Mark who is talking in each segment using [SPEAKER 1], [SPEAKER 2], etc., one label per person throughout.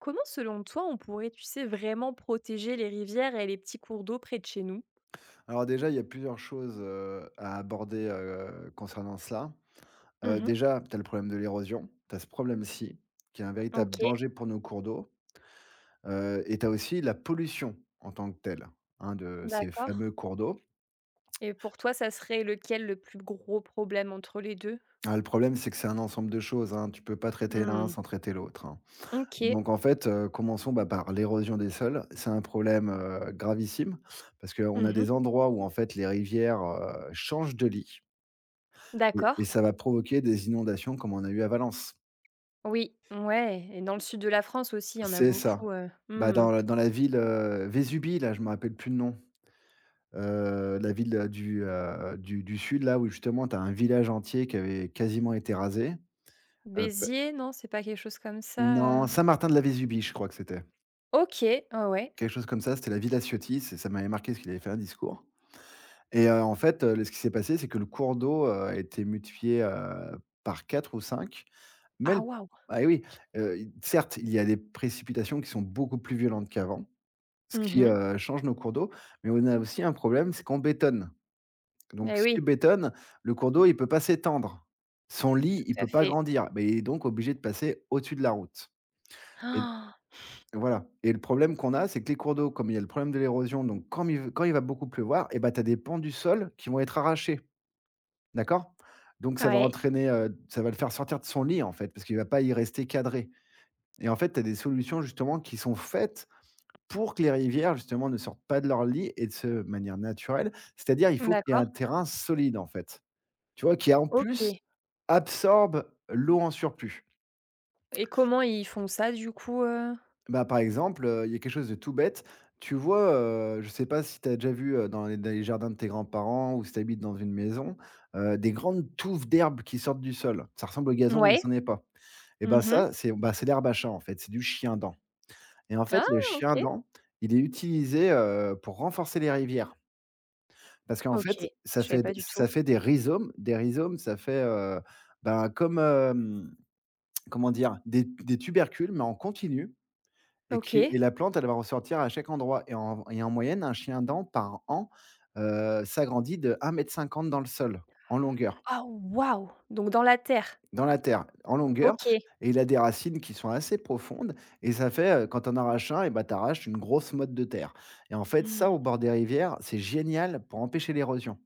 [SPEAKER 1] Comment, selon toi, on pourrait, vraiment protéger les rivières et les petits cours d'eau près de chez nous?
[SPEAKER 2] Alors déjà, il y a plusieurs choses, à aborder, concernant cela.
[SPEAKER 1] Mmh.
[SPEAKER 2] Déjà, tu as le problème de l'érosion, tu as ce problème-ci, qui est un véritable
[SPEAKER 1] OK.
[SPEAKER 2] danger pour nos cours d'eau, et tu as aussi la pollution en tant que telle, hein, de ces
[SPEAKER 1] D'accord.
[SPEAKER 2] fameux cours d'eau.
[SPEAKER 1] Et pour toi, ça serait lequel le plus gros problème entre les deux?
[SPEAKER 2] Ah, le problème, c'est que c'est un ensemble de choses, hein, tu peux pas traiter l'un
[SPEAKER 1] Mmh.
[SPEAKER 2] sans traiter l'autre, hein.
[SPEAKER 1] OK.
[SPEAKER 2] Donc en fait, commençons, bah, par l'érosion des sols. C'est un problème, gravissime parce qu'on a
[SPEAKER 1] Mmh.
[SPEAKER 2] des endroits où en fait les rivières, changent de lit. Et
[SPEAKER 1] D'accord.
[SPEAKER 2] ça va provoquer des inondations comme on a eu à Valence.
[SPEAKER 1] Oui, ouais, et dans le sud de la France aussi, il y en a
[SPEAKER 2] C'est ça.
[SPEAKER 1] beaucoup,
[SPEAKER 2] Bah,
[SPEAKER 1] Mmh.
[SPEAKER 2] dans la ville, Vésubie là, je me rappelle plus le nom. La ville, du, du sud là où justement tu as un village entier qui avait quasiment été rasé. P
[SPEAKER 1] Béziers, non, c'est pas quelque chose comme ça,
[SPEAKER 2] non,
[SPEAKER 1] heu?
[SPEAKER 2] Saint-Martin-de-la-Vésubie, je crois que c'était.
[SPEAKER 1] OK, ah ouais.
[SPEAKER 2] Quelque chose comme ça, c'était la ville Ciotti, c'est ça m'avait marqué parce qu'il avait fait un discours et en fait, le ce qui s'est passé, c'est que le cours d'eau, a été multiplié, par 4 ou 5. Mais
[SPEAKER 1] Ah
[SPEAKER 2] le
[SPEAKER 1] waouh!
[SPEAKER 2] Ah oui, i certes, il y a des précipitations qui sont beaucoup plus violentes qu'avant, ce qui,
[SPEAKER 1] Mmh.
[SPEAKER 2] change nos cours d'eau, mais on a aussi un problème, c'est qu'on bétonne. Donc
[SPEAKER 1] Eh
[SPEAKER 2] si tu
[SPEAKER 1] oui,
[SPEAKER 2] bétonnes, le cours d'eau, il peut pas s'étendre. Son lit, il
[SPEAKER 1] tout à
[SPEAKER 2] peut pas
[SPEAKER 1] fait.
[SPEAKER 2] grandir, mais il est donc obligé de passer au-dessus de la route et voilà et le problème qu'on a, c'est que les cours d'eau, comme il y a le problème de l'érosion, donc quand il va beaucoup pleuvoir et ben tu as des pans du sol qui vont être arrachés, d'accord? Donc
[SPEAKER 1] Ah,
[SPEAKER 2] ça va
[SPEAKER 1] ouais,
[SPEAKER 2] entraîner, ça va le faire sortir de son lit, en fait, parce qu'il va pas y rester cadré. Et en fait, tu as des solutions justement qui sont faites pour que les rivières justement ne sortent pas de leur lit et de manière naturelle. C'est-à-dire, il faut qu'il y ait un
[SPEAKER 1] d'accord,
[SPEAKER 2] terrain solide en fait. Tu vois? Qui en plus
[SPEAKER 1] OK.
[SPEAKER 2] absorbe l'eau en surplus.
[SPEAKER 1] Et comment ils font ça, du coup?
[SPEAKER 2] Bah, par exemple, il y a quelque chose de tout bête. Tu vois, je ne sais pas si tu as déjà vu, dans les jardins de tes grands-parents ou si tu habites dans une maison, des grandes touffes d'herbe qui sortent du sol. Ça ressemble au gazon, mais ce
[SPEAKER 1] Ouais.
[SPEAKER 2] n'est pas. Et ben
[SPEAKER 1] Mmh.
[SPEAKER 2] ça, c'est bah, c'est l'herbe à chat en fait, c'est du chien-dent. Et en fait,
[SPEAKER 1] Ah
[SPEAKER 2] le
[SPEAKER 1] OK.
[SPEAKER 2] chien-dent, il est utilisé, pour renforcer les rivières. Parce qu'en
[SPEAKER 1] OK,
[SPEAKER 2] fait,
[SPEAKER 1] je savais pas du tout.
[SPEAKER 2] ça fait des rhizomes. Des rhizomes, ça fait, ben, comment dire? Des tubercules, mais en continu et
[SPEAKER 1] OK.
[SPEAKER 2] la plante, elle va ressortir à chaque endroit et en moyenne, un chien-dent par an, s'agrandit de 1,50 m dans le sol, en longueur.
[SPEAKER 1] Ah waouh! Donc dans la terre.
[SPEAKER 2] Dans la terre, en longueur
[SPEAKER 1] OK.
[SPEAKER 2] et il a des racines qui sont assez profondes et ça fait, quand tu en arraches un et bah, t'arraches une grosse motte de terre et en fait ça,
[SPEAKER 1] Mmh.
[SPEAKER 2] au bord des rivières, c'est génial pour empêcher l'érosion.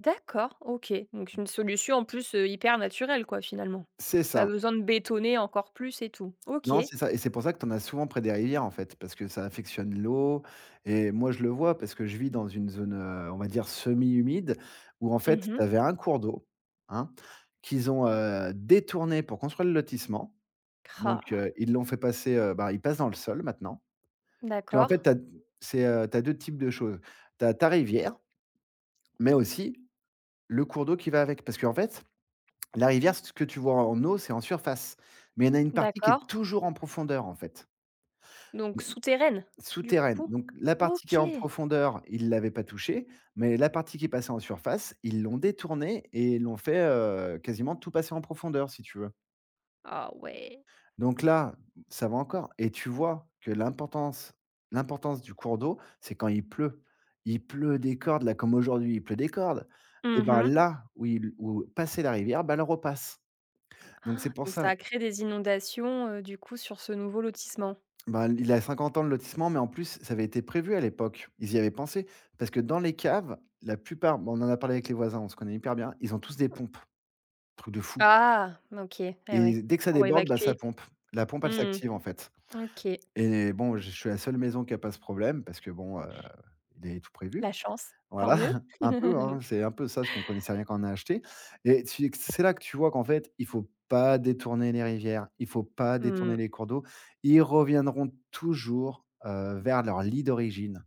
[SPEAKER 1] D'accord, OK. Donc une solution en plus, hyper naturelle quoi finalement.
[SPEAKER 2] C'est
[SPEAKER 1] Pas
[SPEAKER 2] ça.
[SPEAKER 1] besoin de bétonner encore plus et tout. OK.
[SPEAKER 2] Non, c'est ça et c'est pour ça que tu en as souvent près des rivières, en fait, parce que ça affectionne l'eau et moi, je le vois parce que je vis dans une zone, on va dire semi-humide où en
[SPEAKER 1] Mmh
[SPEAKER 2] fait,
[SPEAKER 1] mh.
[SPEAKER 2] tu avais un cours d'eau, hein, qu'ils ont, détourné pour construire le lotissement donc ils l'ont fait passer, bah, il passe dans le sol maintenant. Puis en
[SPEAKER 1] D'accord,
[SPEAKER 2] fait, tu as c'est, tu as types de choses. Tu as ta rivière, mais aussi le cours d'eau qui va avec. Parce qu'en fait, la rivière, ce que tu vois en eau, c'est en surface, mais il y en a une partie qui est
[SPEAKER 1] d'accord.
[SPEAKER 2] toujours en profondeur, en fait,
[SPEAKER 1] Donc souterraine, du
[SPEAKER 2] souterraine.
[SPEAKER 1] coup?
[SPEAKER 2] Donc la partie qui est
[SPEAKER 1] OK.
[SPEAKER 2] en profondeur, ils ne l'avaient pas touchée, mais la partie qui est passée en surface, ils l'ont détournée et l'ont fait, quasiment tout passer en profondeur, si tu veux.
[SPEAKER 1] Ah ouais.
[SPEAKER 2] Donc là, ça va encore et tu vois que l'importance du cours d'eau, c'est quand il pleut. Il pleut des cordes, là, comme aujourd'hui, il pleut des cordes. Et
[SPEAKER 1] Mmh
[SPEAKER 2] ben,
[SPEAKER 1] mh.
[SPEAKER 2] là où il où passait la rivière, ben elle repasse. Donc c'est pour
[SPEAKER 1] Donc ça
[SPEAKER 2] ça.
[SPEAKER 1] a créé des inondations, du coup sur ce nouveau lotissement?
[SPEAKER 2] Ben il a 50 ans, de lotissement, mais en plus, ça avait été prévu à l'époque. Ils y avaient pensé parce que dans les caves, la plupart bon, on en a parlé avec les voisins, on se connaît hyper bien, ils ont tous des pompes, truc de fou
[SPEAKER 1] Ah! OK. Eh ouais,
[SPEAKER 2] et dès que ça
[SPEAKER 1] pour
[SPEAKER 2] déborde, bah, ça
[SPEAKER 1] évacuer.
[SPEAKER 2] pompe. La pompe, elle
[SPEAKER 1] Mmh.
[SPEAKER 2] s'active, en fait.
[SPEAKER 1] OK.
[SPEAKER 2] Et bon, je suis la seule maison qui a pas ce problème parce que bon, il est tout prévu.
[SPEAKER 1] La chance, tant
[SPEAKER 2] Voilà,
[SPEAKER 1] mieux.
[SPEAKER 2] un peu, hein, c'est un peu ça, ce qu'on connaissait rien quand on a acheté et tu c'est là que tu vois qu'en fait, il faut pas détourner les rivières, il faut pas détourner
[SPEAKER 1] Mmh.
[SPEAKER 2] les cours d'eau. Ils reviendront toujours, vers leur lit d'origine.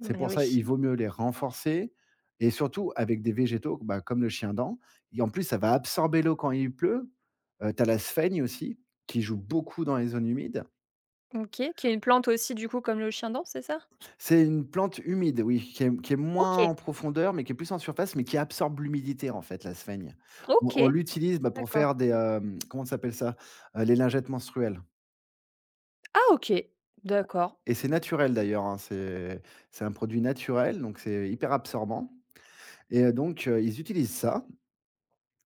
[SPEAKER 2] C'est pour
[SPEAKER 1] oui.
[SPEAKER 2] ça, il vaut mieux les renforcer et surtout avec des végétaux, bah, comme le chien-dent. Et en plus, ça va absorber l'eau quand il pleut. Tu as la sphaigne aussi qui joue beaucoup dans les zones humides.
[SPEAKER 1] OK, qui est une plante aussi du coup comme le chien dent, c'est ça?
[SPEAKER 2] C'est une plante humide, oui, qui est moins
[SPEAKER 1] OK,
[SPEAKER 2] en profondeur, mais qui est plus en surface, mais qui absorbe l'humidité, en fait, la sphaigne. On
[SPEAKER 1] OK,
[SPEAKER 2] on l'utilise, bah, pour
[SPEAKER 1] d'accord.
[SPEAKER 2] faire des, comment ça s'appelle ça? Les lingettes menstruelles
[SPEAKER 1] Ah OK, d'accord.
[SPEAKER 2] et c'est naturel d'ailleurs, hein, c'est un produit naturel, donc c'est hyper absorbant et donc ils utilisent ça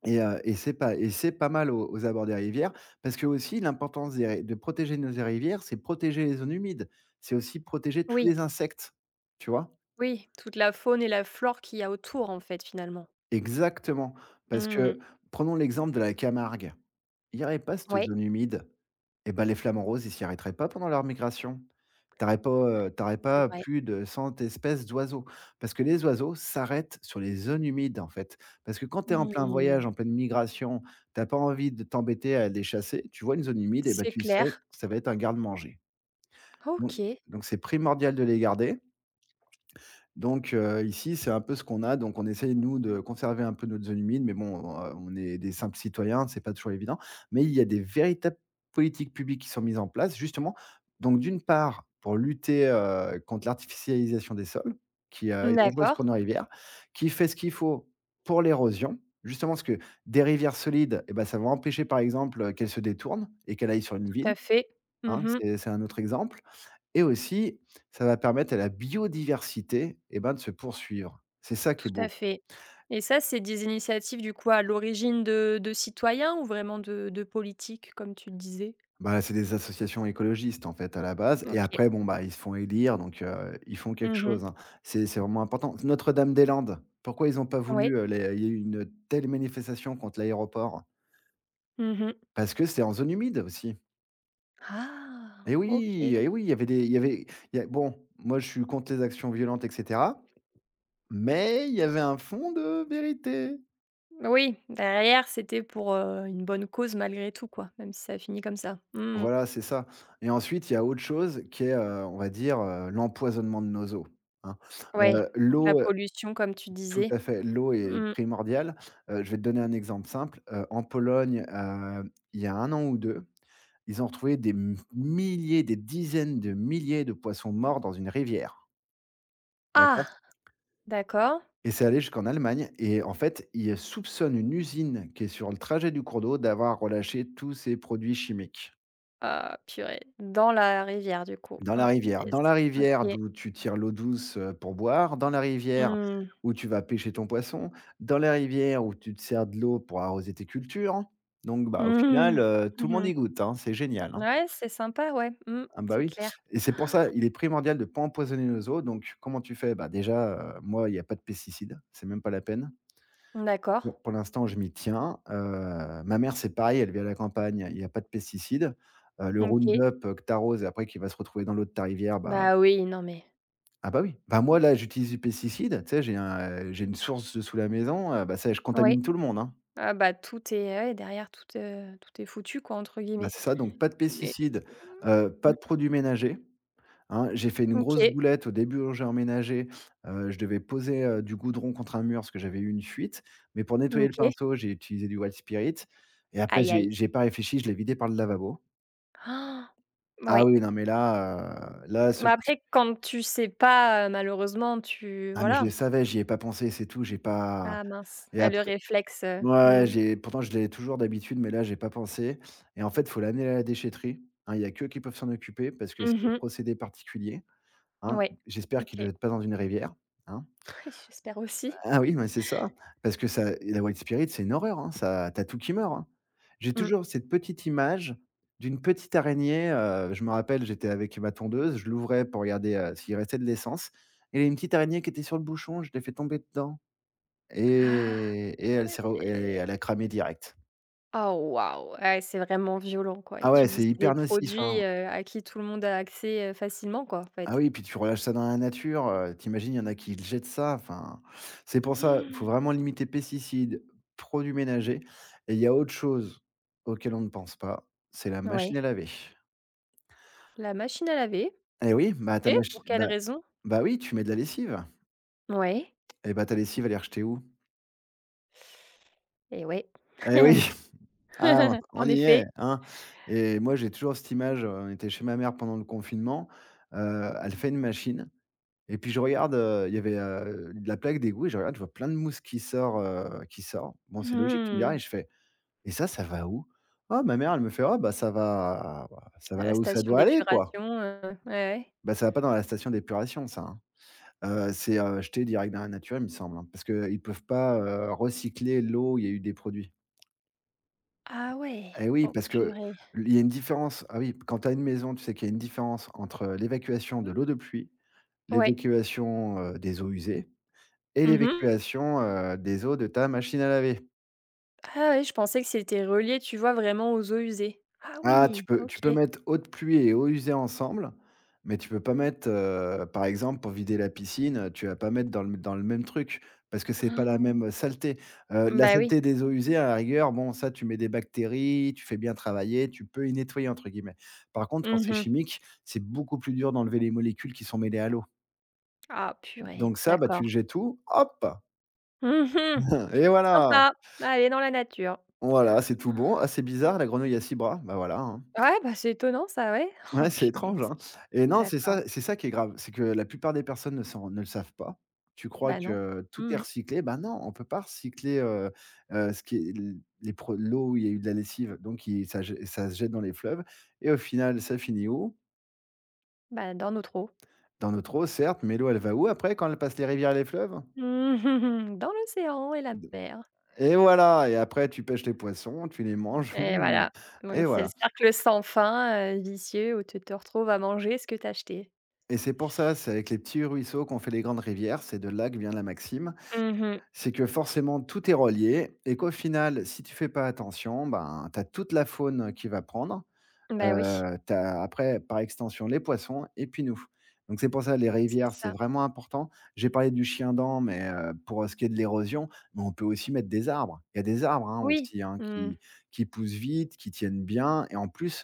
[SPEAKER 2] et c'est pas mal aux abords des rivières parce que aussi l'importance des ri de protéger nos rivières, c'est protéger les zones humides. C'est aussi protéger tous
[SPEAKER 1] Oui,
[SPEAKER 2] les insectes, tu vois?
[SPEAKER 1] oui, toute la faune et la flore qu'il y a autour en fait finalement.
[SPEAKER 2] Exactement, parce
[SPEAKER 1] Mmh.
[SPEAKER 2] que prenons l'exemple de la Camargue. Il n'y aurait pas cette
[SPEAKER 1] Ouais,
[SPEAKER 2] zone humide, et ben les flamants roses, ils s'y arrêteraient pas pendant leur migration. Tu aurais pas, tu
[SPEAKER 1] c'est
[SPEAKER 2] pas
[SPEAKER 1] vrai.
[SPEAKER 2] plus de 100 espèces d'oiseaux, parce que les oiseaux s'arrêtent sur les zones humides, en fait. Parce que quand tu es en plein
[SPEAKER 1] Mmh.
[SPEAKER 2] voyage, en pleine migration, tu as pas envie de t'embêter à les chasser, tu vois une zone humide, et ben
[SPEAKER 1] C'est
[SPEAKER 2] tu sais
[SPEAKER 1] clair.
[SPEAKER 2] que ça va être un garde-manger. Donc
[SPEAKER 1] OK.
[SPEAKER 2] donc c'est primordial de les garder donc ici, c'est un peu ce qu'on a, donc on essaye nous de conserver un peu notre zone humide, mais bon, on est des simples citoyens, c'est pas toujours évident. Mais il y a des véritables politiques publiques qui sont mises en place justement, donc d'une part pour lutter, contre l'artificialisation des sols qui, est dangereuse
[SPEAKER 1] D'accord,
[SPEAKER 2] pour nos rivières, qui fait ce qu'il faut pour l'érosion. Justement parce que des rivières solides eh bah, ça va empêcher par exemple, qu'elles se détournent et qu'elles aillent sur une
[SPEAKER 1] tout à
[SPEAKER 2] ville,
[SPEAKER 1] fait.
[SPEAKER 2] hein,
[SPEAKER 1] Mmh.
[SPEAKER 2] c'est un autre exemple. Et aussi, ça va permettre à la biodiversité, eh ben, de se poursuivre. C'est ça qui est
[SPEAKER 1] Tout à
[SPEAKER 2] beau.
[SPEAKER 1] fait, et ça, c'est des initiatives, du coup, à l'origine de citoyens ou vraiment de politiques, comme tu disais?
[SPEAKER 2] Bah, c'est des associations écologistes, en fait, à la base et
[SPEAKER 1] OK.
[SPEAKER 2] après, bon, bah, ils se font élire, donc ils font quelque
[SPEAKER 1] Mmh.
[SPEAKER 2] chose, hein. C'est vraiment important. Notre-Dame-des-Landes, pourquoi ils ont pas
[SPEAKER 1] Oui.
[SPEAKER 2] voulu, les il y a eu une telle manifestation contre l'aéroport?
[SPEAKER 1] Mmh.
[SPEAKER 2] Parce que c'est en zone humide aussi.
[SPEAKER 1] Ah! OK.
[SPEAKER 2] Et oui, il y avait il y a bon, moi, je suis contre les actions violentes et cetera, mais il y avait un fond de vérité.
[SPEAKER 1] Oui, derrière, c'était pour, une bonne cause malgré tout, quoi, même si ça finit comme ça. Mmh.
[SPEAKER 2] Voilà, c'est ça et ensuite, il y a autre chose qui est, on va dire, l'empoisonnement de nos eaux, hein.
[SPEAKER 1] Ouais,
[SPEAKER 2] Heu,
[SPEAKER 1] donc la
[SPEAKER 2] l'eau,
[SPEAKER 1] pollution, comme tu
[SPEAKER 2] tout
[SPEAKER 1] disais.
[SPEAKER 2] à fait, l'eau est
[SPEAKER 1] Mmh.
[SPEAKER 2] primordiale. Je vais te donner un exemple simple, en Pologne, il y a un an ou 2, ils ont retrouvé des m milliers, des dizaines de milliers de poissons morts dans une rivière,
[SPEAKER 1] Ah!
[SPEAKER 2] d'accord?
[SPEAKER 1] D'accord.
[SPEAKER 2] Et c'est allé jusqu'en Allemagne et en fait, ils soupçonnent une usine qui est sur le trajet du cours d'eau d'avoir relâché tous ces produits chimiques.
[SPEAKER 1] Ah purée, dans la rivière, du coup.
[SPEAKER 2] Dans
[SPEAKER 1] Oh
[SPEAKER 2] la rivière.
[SPEAKER 1] punaise.
[SPEAKER 2] Dans la rivière
[SPEAKER 1] OK.
[SPEAKER 2] d'où tu tires l'eau douce, pour boire, dans la rivière
[SPEAKER 1] Mmh.
[SPEAKER 2] où tu vas pêcher ton poisson, dans la rivière où tu te sers de l'eau pour arroser tes cultures. Donc bah, au final,
[SPEAKER 1] Mmh.
[SPEAKER 2] tout le monde
[SPEAKER 1] Mmh.
[SPEAKER 2] y goûte, hein, c'est génial, hein.
[SPEAKER 1] Ouais, c'est sympa, ouais. Mmh,
[SPEAKER 2] Ah bah,
[SPEAKER 1] c'est
[SPEAKER 2] oui
[SPEAKER 1] clair.
[SPEAKER 2] et c'est pour ça, il est primordial de ne pas empoisonner nos eaux donc comment tu fais? Bah, déjà, moi, il y a pas de pesticides, c'est même pas la peine.
[SPEAKER 1] D'accord.
[SPEAKER 2] Bon, pour l'instant, je m'y tiens, ma mère, c'est pareil, elle vit à la campagne, il y a pas de pesticides. Le
[SPEAKER 1] OK.
[SPEAKER 2] Roundup, que tu arroses et après qui va se retrouver dans l'eau de ta rivière, bah.
[SPEAKER 1] Bah, oui, non, mais
[SPEAKER 2] Ah bah, oui. Bah, moi là, j'utilise du pesticide, tu sais, j'ai un, j'ai une source sous la maison, bah, ça je
[SPEAKER 1] oui.
[SPEAKER 2] contamine tout le monde, hein.
[SPEAKER 1] Ah bah, tout est ouais, derrière tout, tout est «foutu» quoi, entre
[SPEAKER 2] Bah,
[SPEAKER 1] guillemets.
[SPEAKER 2] c'est ça, donc pas de
[SPEAKER 1] Mais
[SPEAKER 2] pesticides, pas de
[SPEAKER 1] mmh,
[SPEAKER 2] produits ménagers, hein. J'ai fait une grosse
[SPEAKER 1] OK,
[SPEAKER 2] boulette au début où j'ai emménagé, je devais poser, du goudron contre un mur parce que j'avais eu une fuite, mais pour nettoyer le
[SPEAKER 1] OK.
[SPEAKER 2] pinceau, j'ai utilisé du White Spirit et après
[SPEAKER 1] Aïe,
[SPEAKER 2] j'ai
[SPEAKER 1] aïe.
[SPEAKER 2] j'ai pas réfléchi, je l'ai vidé par le lavabo.
[SPEAKER 1] Ah.
[SPEAKER 2] Ah
[SPEAKER 1] Ouais.
[SPEAKER 2] oui, non mais là, là ce
[SPEAKER 1] Mais après quand tu sais pas, malheureusement tu
[SPEAKER 2] ah mais je
[SPEAKER 1] voilà.
[SPEAKER 2] le savais, j'y ai pas pensé, c'est tout, j'ai pas
[SPEAKER 1] Ah mince,
[SPEAKER 2] et
[SPEAKER 1] ah le
[SPEAKER 2] après
[SPEAKER 1] réflexe,
[SPEAKER 2] ouais,
[SPEAKER 1] mmh.
[SPEAKER 2] j'ai pourtant je l'ai toujours d'habitude, mais là, j'ai pas pensé et en fait, faut l'amener à la déchetterie, hein, il y a qu'eux qui peuvent s'en occuper parce que c'est des
[SPEAKER 1] Mmh.
[SPEAKER 2] procédés particuliers, hein.
[SPEAKER 1] Ouais.
[SPEAKER 2] J'espère qu'ils le
[SPEAKER 1] OK.
[SPEAKER 2] jettent pas dans une rivière, hein.
[SPEAKER 1] J'espère aussi.
[SPEAKER 2] Ah oui, mais c'est ça, parce que ça la white spirit, c'est une horreur, hein, ça tu as tout qui meurt, hein. J'ai
[SPEAKER 1] Mmh.
[SPEAKER 2] toujours cette petite image d'une petite araignée, je me rappelle, j'étais avec ma tondeuse, je l'ouvrais pour regarder, s'il restait de l'essence et il y a une petite araignée qui était sur le bouchon, je l'ai fait tomber dedans
[SPEAKER 1] Ah,
[SPEAKER 2] et elle s'est re et elle a cramé direct.
[SPEAKER 1] oh waouh! Ouais, c'est vraiment violent, quoi, et
[SPEAKER 2] Ah
[SPEAKER 1] tu
[SPEAKER 2] ouais,
[SPEAKER 1] dis
[SPEAKER 2] c'est
[SPEAKER 1] c'est des
[SPEAKER 2] hyper nocif,
[SPEAKER 1] produits,
[SPEAKER 2] hein.
[SPEAKER 1] à qui tout le monde a accès, facilement, quoi, en
[SPEAKER 2] Ah
[SPEAKER 1] fait.
[SPEAKER 2] oui, puis tu relâches ça dans la nature, tu il y en a qui jettent ça, enfin, c'est pour ça, faut
[SPEAKER 1] Hmm.
[SPEAKER 2] vraiment limiter pesticides, produits ménagers et il y a autre chose auquel on ne pense pas, c'est la machine à
[SPEAKER 1] Ouais,
[SPEAKER 2] laver.
[SPEAKER 1] la machine à laver,
[SPEAKER 2] Eh oui, bah, ta
[SPEAKER 1] et
[SPEAKER 2] machi
[SPEAKER 1] pour quelle
[SPEAKER 2] bah
[SPEAKER 1] raison?
[SPEAKER 2] bah, oui, tu mets de la lessive
[SPEAKER 1] Ouais.
[SPEAKER 2] et bah, ta lessive, elle est rejetée où?
[SPEAKER 1] Et ouais,
[SPEAKER 2] Eh oui, ah, on
[SPEAKER 1] en
[SPEAKER 2] y est,
[SPEAKER 1] effet.
[SPEAKER 2] hein et moi, j'ai toujours cette image, on était chez ma mère pendant le confinement, elle fait une machine. Et puis je regarde, il y avait, de la plaque d'égout et je regarde, je vois plein de mousse qui sort, qui sort. Bon, c'est logique, tu me
[SPEAKER 1] Mmh,
[SPEAKER 2] diras et je fais: «Et ça va où?» «Ah, ma mère, elle me fait: "Oh bah, ça va
[SPEAKER 1] la
[SPEAKER 2] là où ça
[SPEAKER 1] station
[SPEAKER 2] doit aller, quoi!"»
[SPEAKER 1] d'épuration, ouais, ouais.
[SPEAKER 2] Bah, ça va pas dans la station d'épuration ça, hein. C'est, jeté direct dans la nature, il me semble, hein, parce qu'ils peuvent pas, recycler l'eau il y a eu des produits.
[SPEAKER 1] Ah ouais!
[SPEAKER 2] Eh oui,
[SPEAKER 1] Oh
[SPEAKER 2] parce que
[SPEAKER 1] purée.
[SPEAKER 2] il y a une différence. Ah oui, quand tu as une maison, tu sais qu'il y a une différence entre l'évacuation de
[SPEAKER 1] Mmh.
[SPEAKER 2] l'eau de pluie,
[SPEAKER 1] Ouais.
[SPEAKER 2] l'évacuation, des eaux usées et
[SPEAKER 1] Mmh.
[SPEAKER 2] l'évacuation, des eaux de ta machine à laver.
[SPEAKER 1] Ah ouais, je pensais que c'était relié, tu vois, vraiment aux eaux usées. Ah
[SPEAKER 2] Ah, tu
[SPEAKER 1] oui!
[SPEAKER 2] peux
[SPEAKER 1] OK.
[SPEAKER 2] tu peux mettre eau de pluie et eau usée ensemble, mais tu peux pas mettre, par exemple, pour vider la piscine, tu vas pas mettre dans le même truc, parce que c'est pas la
[SPEAKER 1] Hmm.
[SPEAKER 2] même, saleté. La
[SPEAKER 1] Bah oui.
[SPEAKER 2] saleté des eaux usées, à la rigueur, bon, ça, tu mets des bactéries, tu fais bien travailler, tu peux «y nettoyer» entre guillemets. Par contre, quand c'est
[SPEAKER 1] Mmh.
[SPEAKER 2] chimique, c'est beaucoup plus dur d'enlever les molécules qui sont mêlées à l'eau.
[SPEAKER 1] Ah purée,
[SPEAKER 2] Donc ça, bah, tu
[SPEAKER 1] d'accord.
[SPEAKER 2] le jettes tout, hop.
[SPEAKER 1] Mmh mh.
[SPEAKER 2] Et voilà!
[SPEAKER 1] Sympa, aller dans la nature.
[SPEAKER 2] Voilà, c'est tout bon. Ah, c'est bizarre, la grenouille a 6 bras. Bah, voilà, hein.
[SPEAKER 1] Ouais, bah, c'est étonnant ça, ouais. Oh
[SPEAKER 2] Ouais, c'est
[SPEAKER 1] punaise,
[SPEAKER 2] étrange, hein. Et non, c'est
[SPEAKER 1] d'accord.
[SPEAKER 2] ça c'est ça qui est grave, c'est que la plupart des personnes ne le savent pas. Tu crois
[SPEAKER 1] Bah, non.
[SPEAKER 2] que tout est
[SPEAKER 1] Mmh mh.
[SPEAKER 2] recyclé, ben non, on peut pas recycler, ce qui est l les pro l'eau où il y a eu de la lessive, donc il ça je ça se jette dans les fleuves et au final, ça finit où?
[SPEAKER 1] Bah, dans notre eau.
[SPEAKER 2] Dans notre eau, certes, mais l'eau, elle va où après quand elle passe les rivières et les fleuves?
[SPEAKER 1] Mmh. Mh mh. Dans l'océan et la mer.
[SPEAKER 2] Et voilà, et après tu pêches les poissons, tu les manges.
[SPEAKER 1] Et
[SPEAKER 2] Mmh.
[SPEAKER 1] voilà.
[SPEAKER 2] Et
[SPEAKER 1] Donc c'est le
[SPEAKER 2] voilà,
[SPEAKER 1] cercle sans fin, vicieux, où tu te retrouves à manger ce que tu as acheté.
[SPEAKER 2] et c'est pour ça, c'est avec les petits ruisseaux qu'on fait les grandes rivières, c'est de là que vient la maxime.
[SPEAKER 1] Mmh mh.
[SPEAKER 2] C'est que forcément tout est relié et qu'au final, si tu fais pas attention, ben, tu as toute la faune qui va prendre,
[SPEAKER 1] Bah, oui.
[SPEAKER 2] tu après par extension les poissons et puis nous. Donc c'est pour ça les
[SPEAKER 1] C'est
[SPEAKER 2] rivières, c'est
[SPEAKER 1] ça.
[SPEAKER 2] vraiment important. J'ai parlé du chien-dent, mais pour ce qui est de l'érosion, mais on peut aussi mettre des arbres. Il y a des arbres, hein,
[SPEAKER 1] Oui.
[SPEAKER 2] aussi, hein,
[SPEAKER 1] Mmh.
[SPEAKER 2] qui poussent vite, qui tiennent bien et en plus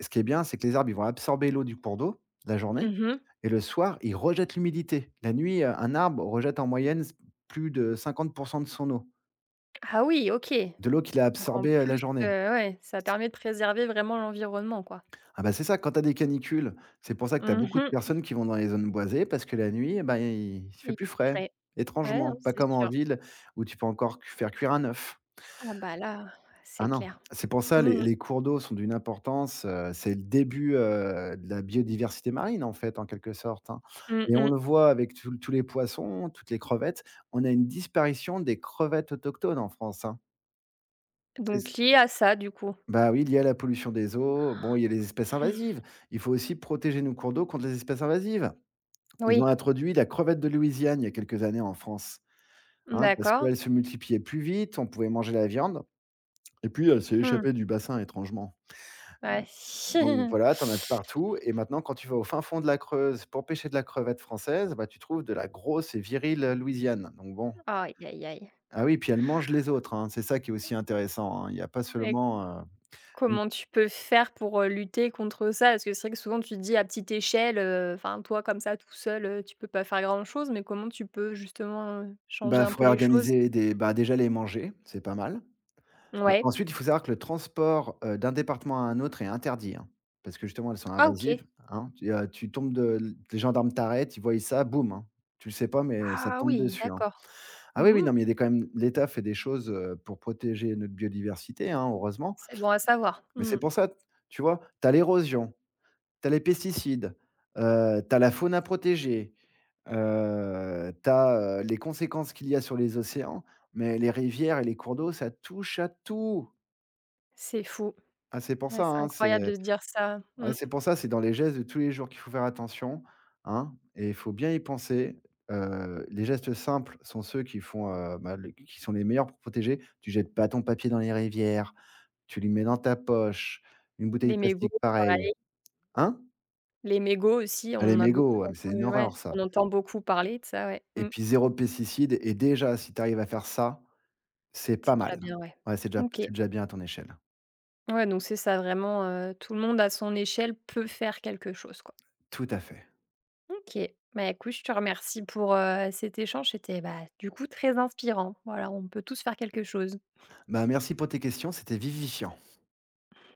[SPEAKER 2] ce qui est bien, c'est que les arbres, ils vont absorber l'eau du cours d'eau, la journée
[SPEAKER 1] Mmh mh.
[SPEAKER 2] et le soir, ils rejettent l'humidité. La nuit, un arbre rejette en moyenne s plus de 50% de son eau,
[SPEAKER 1] Ah oui, OK.
[SPEAKER 2] de l'eau qu'il a
[SPEAKER 1] Donc en
[SPEAKER 2] absorbée, la
[SPEAKER 1] plus,
[SPEAKER 2] journée.
[SPEAKER 1] ouais, ça permet de préserver vraiment l'environnement, quoi.
[SPEAKER 2] Ah bah, c'est ça, quand tu as des canicules, c'est pour ça que tu as
[SPEAKER 1] Mmh
[SPEAKER 2] beaucoup de
[SPEAKER 1] mh.
[SPEAKER 2] personnes qui vont dans les zones boisées parce que la nuit, eh ben, il fait
[SPEAKER 1] Et
[SPEAKER 2] plus frais,
[SPEAKER 1] frais. Ouais,
[SPEAKER 2] étrangement,
[SPEAKER 1] non,
[SPEAKER 2] pas
[SPEAKER 1] c'est
[SPEAKER 2] comme en
[SPEAKER 1] sûr.
[SPEAKER 2] ville où tu peux encore cu faire cuire un œuf.
[SPEAKER 1] Ah bah là,
[SPEAKER 2] Ah
[SPEAKER 1] c'est
[SPEAKER 2] non,
[SPEAKER 1] clair.
[SPEAKER 2] c'est pour ça
[SPEAKER 1] Mmh mh.
[SPEAKER 2] les cours d'eau sont d'une importance, c'est le début, de la biodiversité marine, en fait, en quelque sorte, hein. Et on
[SPEAKER 1] Mmh.
[SPEAKER 2] le voit avec tous les poissons, toutes les crevettes. On a une disparition des crevettes autochtones en France, hein. C'est
[SPEAKER 1] Donc lié à ça du coup?
[SPEAKER 2] bah, oui, il y a la pollution des eaux. Bon, il y a les espèces
[SPEAKER 1] Mm.
[SPEAKER 2] invasives. Il faut aussi protéger nos cours d'eau contre les espèces invasives. Ils ont
[SPEAKER 1] Oui,
[SPEAKER 2] introduit la crevette de Louisiane il y a quelques années en France, hein, parce
[SPEAKER 1] d'accord.
[SPEAKER 2] qu'elle se multipliait plus vite, on pouvait manger la viande et puis elle s'est
[SPEAKER 1] Mmh.
[SPEAKER 2] échappée du bassin étrangement.
[SPEAKER 1] Ouais.
[SPEAKER 2] Donc voilà, tu en as de partout et maintenant quand tu vas au fin fond de la Creuse pour pêcher de la crevette française, bah, tu trouves de la grosse et virile, Louisiane, donc bon.
[SPEAKER 1] Aïe, aïe, aïe,
[SPEAKER 2] Ah oui, puis elle mange les autres, hein, c'est ça qui est aussi intéressant, hein. Il y a pas
[SPEAKER 1] et
[SPEAKER 2] seulement, mmh,
[SPEAKER 1] comment tu peux faire pour, lutter contre ça? Parce que c'est vrai que souvent tu te dis à petite échelle, enfin toi comme ça tout seul, tu peux pas faire grand chose, mais comment tu peux justement, changer
[SPEAKER 2] bah,
[SPEAKER 1] un peu
[SPEAKER 2] faudrait
[SPEAKER 1] les choses?
[SPEAKER 2] organiser des bah, déjà les manger, c'est pas mal.
[SPEAKER 1] Ouais.
[SPEAKER 2] Ensuite, il faut savoir que le transport, d'un département à un autre est interdit, hein, parce que justement elles sont
[SPEAKER 1] Ah
[SPEAKER 2] invasives,
[SPEAKER 1] OK.
[SPEAKER 2] hein. Tu tombes de les gendarmes t'arrêtent, ils voient ça, boum, hein. Tu le sais pas mais ça te
[SPEAKER 1] Ah
[SPEAKER 2] tombe
[SPEAKER 1] oui,
[SPEAKER 2] dessus, hein.
[SPEAKER 1] d'accord.
[SPEAKER 2] Ah oui, oui,
[SPEAKER 1] Mmh.
[SPEAKER 2] non, mais il y a des quand même l'État fait des choses, pour protéger notre biodiversité, hein, heureusement.
[SPEAKER 1] C'est bon à savoir.
[SPEAKER 2] Mais
[SPEAKER 1] Mmh.
[SPEAKER 2] c'est pour ça, tu vois? Tu as l'érosion, tu as les pesticides, tu as la faune à protéger, tu as, les conséquences qu'il y a sur les océans, mais les rivières et les cours d'eau, ça touche à tout.
[SPEAKER 1] C'est fou.
[SPEAKER 2] Ah, c'est pour
[SPEAKER 1] Ouais,
[SPEAKER 2] ça,
[SPEAKER 1] c'est
[SPEAKER 2] hein, c'est
[SPEAKER 1] incroyable de se dire ça.
[SPEAKER 2] ouais,
[SPEAKER 1] Mmh.
[SPEAKER 2] c'est pour ça, c'est dans les gestes de tous les jours qu'il faut faire attention, hein, et il faut bien y penser. Les gestes simples sont ceux qui font, bah, le qui sont les meilleurs pour protéger. Tu jettes pas ton papier dans les rivières, tu les mets dans ta poche, une bouteille
[SPEAKER 1] Les
[SPEAKER 2] de
[SPEAKER 1] mégots,
[SPEAKER 2] plastique pareil.
[SPEAKER 1] pareil.
[SPEAKER 2] Hein?
[SPEAKER 1] Les mégots aussi, on
[SPEAKER 2] Ah, les
[SPEAKER 1] en a beaucoup
[SPEAKER 2] mégots, ah, mais c'est une
[SPEAKER 1] entendu, ouais,
[SPEAKER 2] horreur ça
[SPEAKER 1] on entend beaucoup parler de ça, ouais.
[SPEAKER 2] et
[SPEAKER 1] Mmh.
[SPEAKER 2] puis zéro pesticide et déjà si tu arrives à faire ça, c'est
[SPEAKER 1] C'est
[SPEAKER 2] pas
[SPEAKER 1] déjà
[SPEAKER 2] mal.
[SPEAKER 1] bien, ouais.
[SPEAKER 2] Ouais,
[SPEAKER 1] OK.
[SPEAKER 2] c'est déjà bien à ton échelle.
[SPEAKER 1] Ouais, donc c'est ça vraiment, tout le monde à son échelle peut faire quelque chose, quoi.
[SPEAKER 2] Tout à fait.
[SPEAKER 1] OK. Bah, écoute, je te remercie pour, cet échange, c'était, bah, du coup très inspirant. Voilà, on peut tous faire quelque chose.
[SPEAKER 2] Bah, merci pour tes questions, c'était vivifiant.